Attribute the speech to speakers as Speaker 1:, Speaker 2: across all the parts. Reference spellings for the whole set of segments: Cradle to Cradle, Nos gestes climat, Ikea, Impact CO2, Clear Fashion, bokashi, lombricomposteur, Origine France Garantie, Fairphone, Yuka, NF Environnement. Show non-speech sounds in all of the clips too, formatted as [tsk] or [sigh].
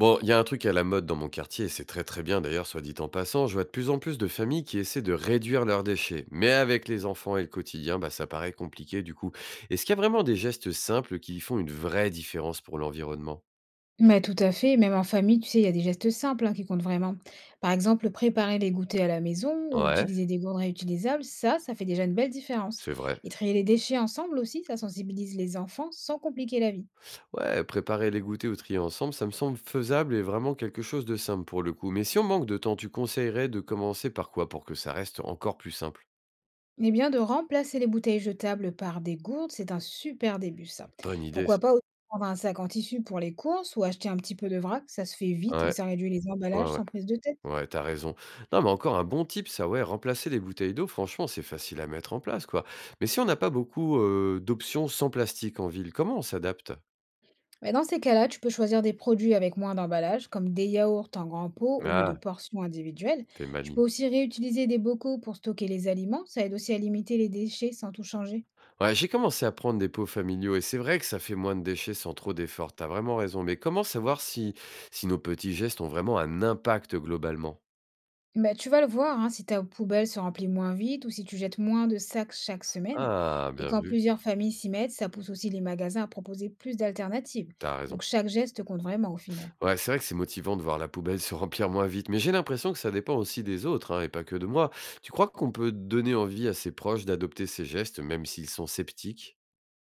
Speaker 1: Bon, il y a un truc à la mode dans mon quartier, et c'est très très bien d'ailleurs, soit dit en passant, je vois de plus en plus de familles qui essaient de réduire leurs déchets. Mais avec les enfants et le quotidien, bah, ça paraît compliqué du coup. Est-ce qu'il y a vraiment des gestes simples qui font une vraie différence pour l'environnement?
Speaker 2: Mais tout à fait, même en famille, tu sais, il y a des gestes simples hein, qui comptent vraiment. Par exemple, préparer les goûters à la maison ou
Speaker 1: Ouais,
Speaker 2: utiliser des gourdes réutilisables, ça fait déjà une belle différence.
Speaker 1: c'est vrai.
Speaker 2: Et trier les déchets ensemble aussi, ça sensibilise les enfants sans compliquer la vie.
Speaker 1: Ouais, préparer les goûters ou trier ensemble, ça me semble faisable et vraiment quelque chose de simple pour le coup. Mais si on manque de temps, tu conseillerais de commencer par quoi pour que ça reste encore plus simple?
Speaker 2: Eh bien, de remplacer les bouteilles jetables par des gourdes, c'est un super début, ça.
Speaker 1: Bonne idée,
Speaker 2: Pourquoi
Speaker 1: ça.
Speaker 2: pas aussi prendre un sac en tissu pour les courses ou acheter un petit peu de vrac, ça se fait vite et
Speaker 1: Ouais,
Speaker 2: ça réduit les
Speaker 1: ouais,
Speaker 2: emballages
Speaker 1: ouais.
Speaker 2: sans prise de tête.
Speaker 1: Ouais, t'as raison. Non, mais encore un bon tip, ça, ouais, remplacer les bouteilles d'eau, franchement, c'est facile à mettre en place, quoi. Mais si on n'a pas beaucoup d'options sans plastique en ville, comment on s'adapte?
Speaker 2: Mais dans ces cas-là, tu peux choisir des produits avec moins d'emballage, comme des yaourts en grand pot au lieu de
Speaker 1: Ah,
Speaker 2: portions individuelles.
Speaker 1: t'es
Speaker 2: Tu peux
Speaker 1: maligne.
Speaker 2: aussi réutiliser des bocaux pour stocker les aliments. Ça aide aussi à limiter les déchets sans tout changer.
Speaker 1: Ouais, j'ai commencé à prendre des pots familiaux et c'est vrai que ça fait moins de déchets sans trop d'efforts, t'as vraiment raison. Mais comment savoir si, si nos petits gestes ont vraiment un impact globalement?
Speaker 2: Bah, tu vas le voir hein, si ta poubelle se remplit moins vite ou si tu jettes moins de sacs chaque semaine.
Speaker 1: Ah,
Speaker 2: Et
Speaker 1: bien
Speaker 2: quand
Speaker 1: vu,
Speaker 2: plusieurs familles s'y mettent, ça pousse aussi les magasins à proposer plus d'alternatives.
Speaker 1: t'as raison.
Speaker 2: Donc chaque geste compte vraiment au final.
Speaker 1: Ouais, c'est vrai que c'est motivant de voir la poubelle se remplir moins vite, mais j'ai l'impression que ça dépend aussi des autres, hein, et pas que de moi. Tu crois qu'on peut donner envie à ses proches d'adopter ces gestes, même s'ils sont sceptiques?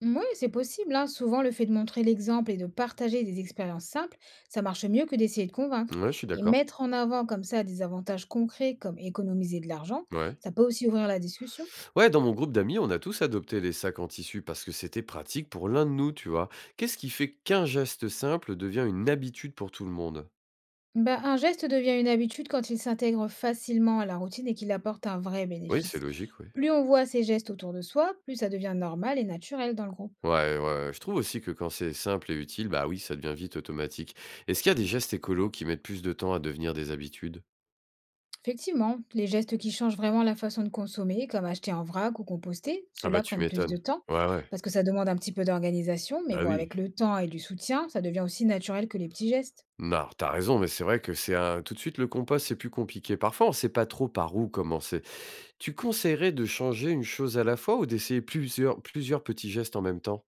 Speaker 2: Oui, c'est possible, hein. Souvent, le fait de montrer l'exemple et de partager des expériences simples, ça marche mieux que d'essayer de convaincre.
Speaker 1: Ouais, je suis
Speaker 2: Et
Speaker 1: d'accord.
Speaker 2: mettre en avant comme ça des avantages concrets comme économiser de l'argent,
Speaker 1: Ouais.
Speaker 2: ça peut aussi ouvrir la discussion.
Speaker 1: Ouais, dans mon groupe d'amis, on a tous adopté les sacs en tissu parce que c'était pratique pour l'un de nous, tu vois. Qu'est-ce qui fait qu'un geste simple devient une habitude pour tout le monde?
Speaker 2: Bah, un geste devient une habitude quand il s'intègre facilement à la routine et qu'il apporte un vrai
Speaker 1: Oui,
Speaker 2: bénéfice.
Speaker 1: c'est logique, oui.
Speaker 2: Plus on voit ces gestes autour de soi, plus ça devient normal et naturel dans le groupe.
Speaker 1: Ouais, ouais, je trouve aussi que quand c'est simple et utile, bah oui, ça devient vite automatique. Est-ce qu'il y a des gestes écolos qui mettent plus de temps à devenir des habitudes?
Speaker 2: Effectivement, les gestes qui changent vraiment la façon de consommer, comme acheter en vrac ou composter,
Speaker 1: Ah bah,
Speaker 2: ceux-là
Speaker 1: tu
Speaker 2: prennent plus de
Speaker 1: m'étonnes.
Speaker 2: temps
Speaker 1: Ouais, ouais.
Speaker 2: parce que ça demande un petit peu d'organisation, mais
Speaker 1: Bah,
Speaker 2: bon,
Speaker 1: oui.
Speaker 2: avec le temps et du soutien, ça devient aussi naturel que les petits gestes.
Speaker 1: Non, t'as raison, mais c'est vrai que c'est un tout de suite le compost, c'est plus compliqué. Parfois, on sait pas trop par où commencer. Tu conseillerais de changer une chose à la fois ou d'essayer plusieurs petits gestes en même temps?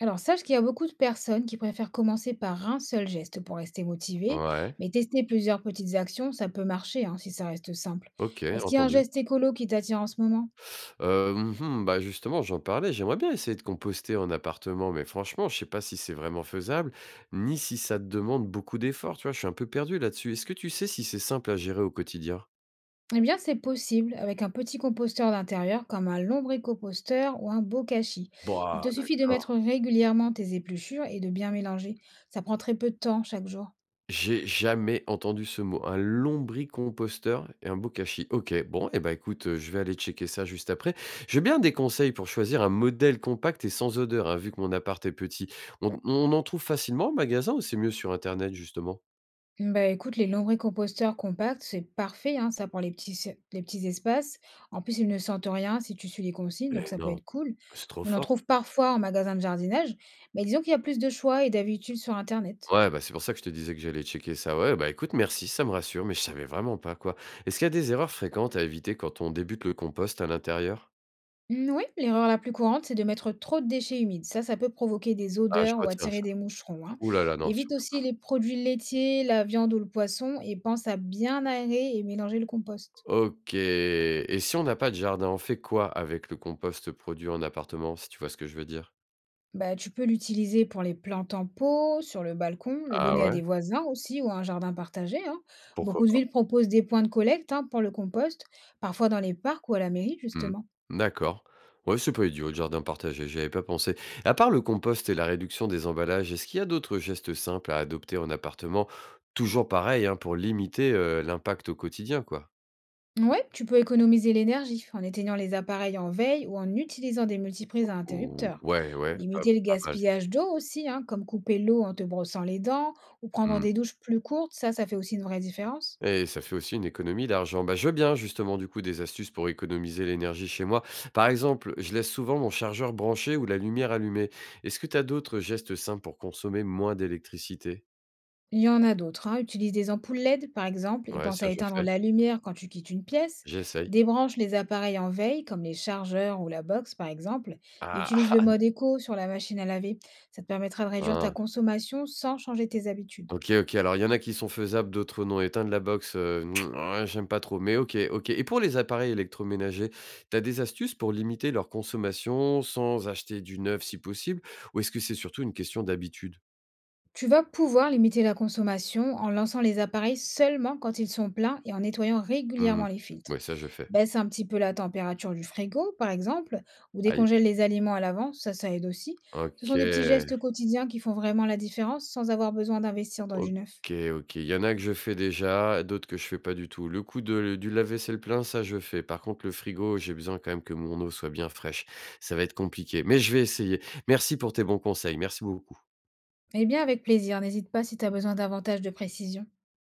Speaker 2: Alors sache qu'il y a beaucoup de personnes qui préfèrent commencer par un seul geste pour rester motivé,
Speaker 1: Ouais,
Speaker 2: mais tester plusieurs petites actions, ça peut marcher hein, si ça reste simple.
Speaker 1: OK,
Speaker 2: Est-ce qu'il y a un
Speaker 1: entendu.
Speaker 2: geste écolo qui t'attire en ce moment?
Speaker 1: Heu, mmh bah, justement, j'en parlais, j'aimerais bien essayer de composter en appartement, mais franchement, je sais pas si c'est vraiment faisable, ni si ça te demande beaucoup d'efforts, tu vois? Je suis un peu perdu là-dessus. Est-ce que tu sais si c'est simple à gérer au quotidien?
Speaker 2: Eh bien, c'est possible avec un petit composteur d'intérieur comme un lombricomposteur ou un bokashi. Il
Speaker 1: Bah,
Speaker 2: te suffit de mettre
Speaker 1: d'accord.
Speaker 2: régulièrement tes épluchures et de bien mélanger. Ça prend très peu de temps chaque jour.
Speaker 1: J'ai jamais entendu ce mot. Un lombricomposteur et un bokashi. OK, bon et ben écoute, je vais aller checker ça juste après. J'ai bien des conseils pour choisir un modèle compact et sans odeur, hein, vu que mon appart est petit. On en trouve facilement en magasin ou c'est mieux sur internet justement?
Speaker 2: Bah écoute, les lombricomposteurs compacts, c'est parfait, hein, ça pour les petits, les petits espaces. En plus, ils ne sentent rien si tu suis les consignes, donc
Speaker 1: Mais
Speaker 2: ça peut
Speaker 1: non,
Speaker 2: être cool.
Speaker 1: c'est trop
Speaker 2: On en
Speaker 1: fort.
Speaker 2: trouve parfois en magasin de jardinage, mais disons qu'il y a plus de choix et d'habitude sur Internet.
Speaker 1: Ouais, bah, c'est pour ça que je te disais que j'allais checker ça. Ouais, bah, écoute merci, ça me rassure, mais je savais vraiment pas quoi. Est-ce qu'il y a des erreurs fréquentes à éviter quand on débute le compost à l'intérieur?
Speaker 2: Mmh, oui, l'erreur la plus courante, c'est de mettre trop de déchets humides. Ça peut provoquer des
Speaker 1: Ah, je
Speaker 2: odeurs ou
Speaker 1: retiens
Speaker 2: attirer
Speaker 1: ça.
Speaker 2: des moucherons, hein.
Speaker 1: Ouh là là, non.
Speaker 2: Évite aussi les produits laitiers, la viande ou le poisson et pense à bien aérer et mélanger le compost.
Speaker 1: OK, et si on n'a pas de jardin, on fait quoi avec le compost produit en appartement, si tu vois ce que je veux dire?
Speaker 2: Bah, tu peux l'utiliser pour les plantes en pot, sur le balcon, le
Speaker 1: Ah
Speaker 2: donner à
Speaker 1: ouais?
Speaker 2: des voisins aussi ou à un jardin partagé, hein.
Speaker 1: Pourquoi
Speaker 2: Beaucoup de
Speaker 1: pas?
Speaker 2: villes proposent des points de collecte, hein, pour le compost, parfois dans les parcs ou à la mairie,
Speaker 1: Mmh.
Speaker 2: justement.
Speaker 1: D'accord. Ouais, c'est pas idiot le jardin partagé, j'y avais pas pensé. À part le compost et la réduction des emballages, est-ce qu'il y a d'autres gestes simples à adopter en appartement? Toujours pareil, hein, pour limiter, l'impact au quotidien, quoi?
Speaker 2: Ouais, tu peux économiser l'énergie en éteignant les appareils en veille ou en utilisant des multiprises à
Speaker 1: Ou
Speaker 2: interrupteurs.
Speaker 1: ouais, ouais, pas
Speaker 2: Limiter le
Speaker 1: pas mal.
Speaker 2: gaspillage d'eau aussi, hein, comme couper l'eau en te brossant les dents ou prendre
Speaker 1: Mmh.
Speaker 2: des douches plus courtes, ça fait aussi une vraie différence.
Speaker 1: Et ça fait aussi une économie d'argent. Bah, je veux bien justement du coup des astuces pour économiser l'énergie chez moi. Par exemple, je laisse souvent mon chargeur branché ou la lumière allumée. Est-ce que tu as d'autres gestes simples pour consommer moins d'électricité?
Speaker 2: Il y en a d'autres, hein, utilise des ampoules LED par exemple et
Speaker 1: Ouais,
Speaker 2: pense à
Speaker 1: ça je
Speaker 2: éteindre
Speaker 1: fais.
Speaker 2: la lumière quand tu quittes une pièce.
Speaker 1: J'essaye.
Speaker 2: Débranche les appareils en veille comme les chargeurs ou la box par exemple et utilise le
Speaker 1: Ah,
Speaker 2: mode éco sur la machine à laver. Ça te permettra de réduire
Speaker 1: ah,
Speaker 2: ta
Speaker 1: hein.
Speaker 2: consommation sans changer tes habitudes.
Speaker 1: OK, OK. Alors il y en a qui sont faisables, d'autres non. Éteindre la box, [tsk] ouais, j'aime pas trop. Mais OK, OK. Et pour les appareils électroménagers, t'as des astuces pour limiter leur consommation sans acheter du neuf si possible? Ou est-ce que c'est surtout une question d'habitude?
Speaker 2: Tu vas pouvoir limiter la consommation en lançant les appareils seulement quand ils sont pleins et en nettoyant
Speaker 1: Hmm.
Speaker 2: régulièrement les filtres.
Speaker 1: Ouais, ça je fais.
Speaker 2: Baisse un petit peu la température du frigo, par exemple, ou
Speaker 1: Aïe.
Speaker 2: décongèle les aliments à l'avance, ça aide aussi. Ce sont des petits
Speaker 1: OK.
Speaker 2: gestes quotidiens qui font vraiment la différence sans avoir besoin d'investir dans du neuf.
Speaker 1: OK, OK. Il y en a que je fais déjà, d'autres que je fais pas du tout. Le coup de du lave-vaisselle plein, ça je fais. Par contre, le frigo, j'ai besoin quand même que mon eau soit bien fraîche. Ça va être compliqué, mais je vais essayer. Merci pour tes bons conseils. Merci beaucoup.
Speaker 2: Eh bien, avec plaisir, n'hésite pas si tu as besoin davantage de précision.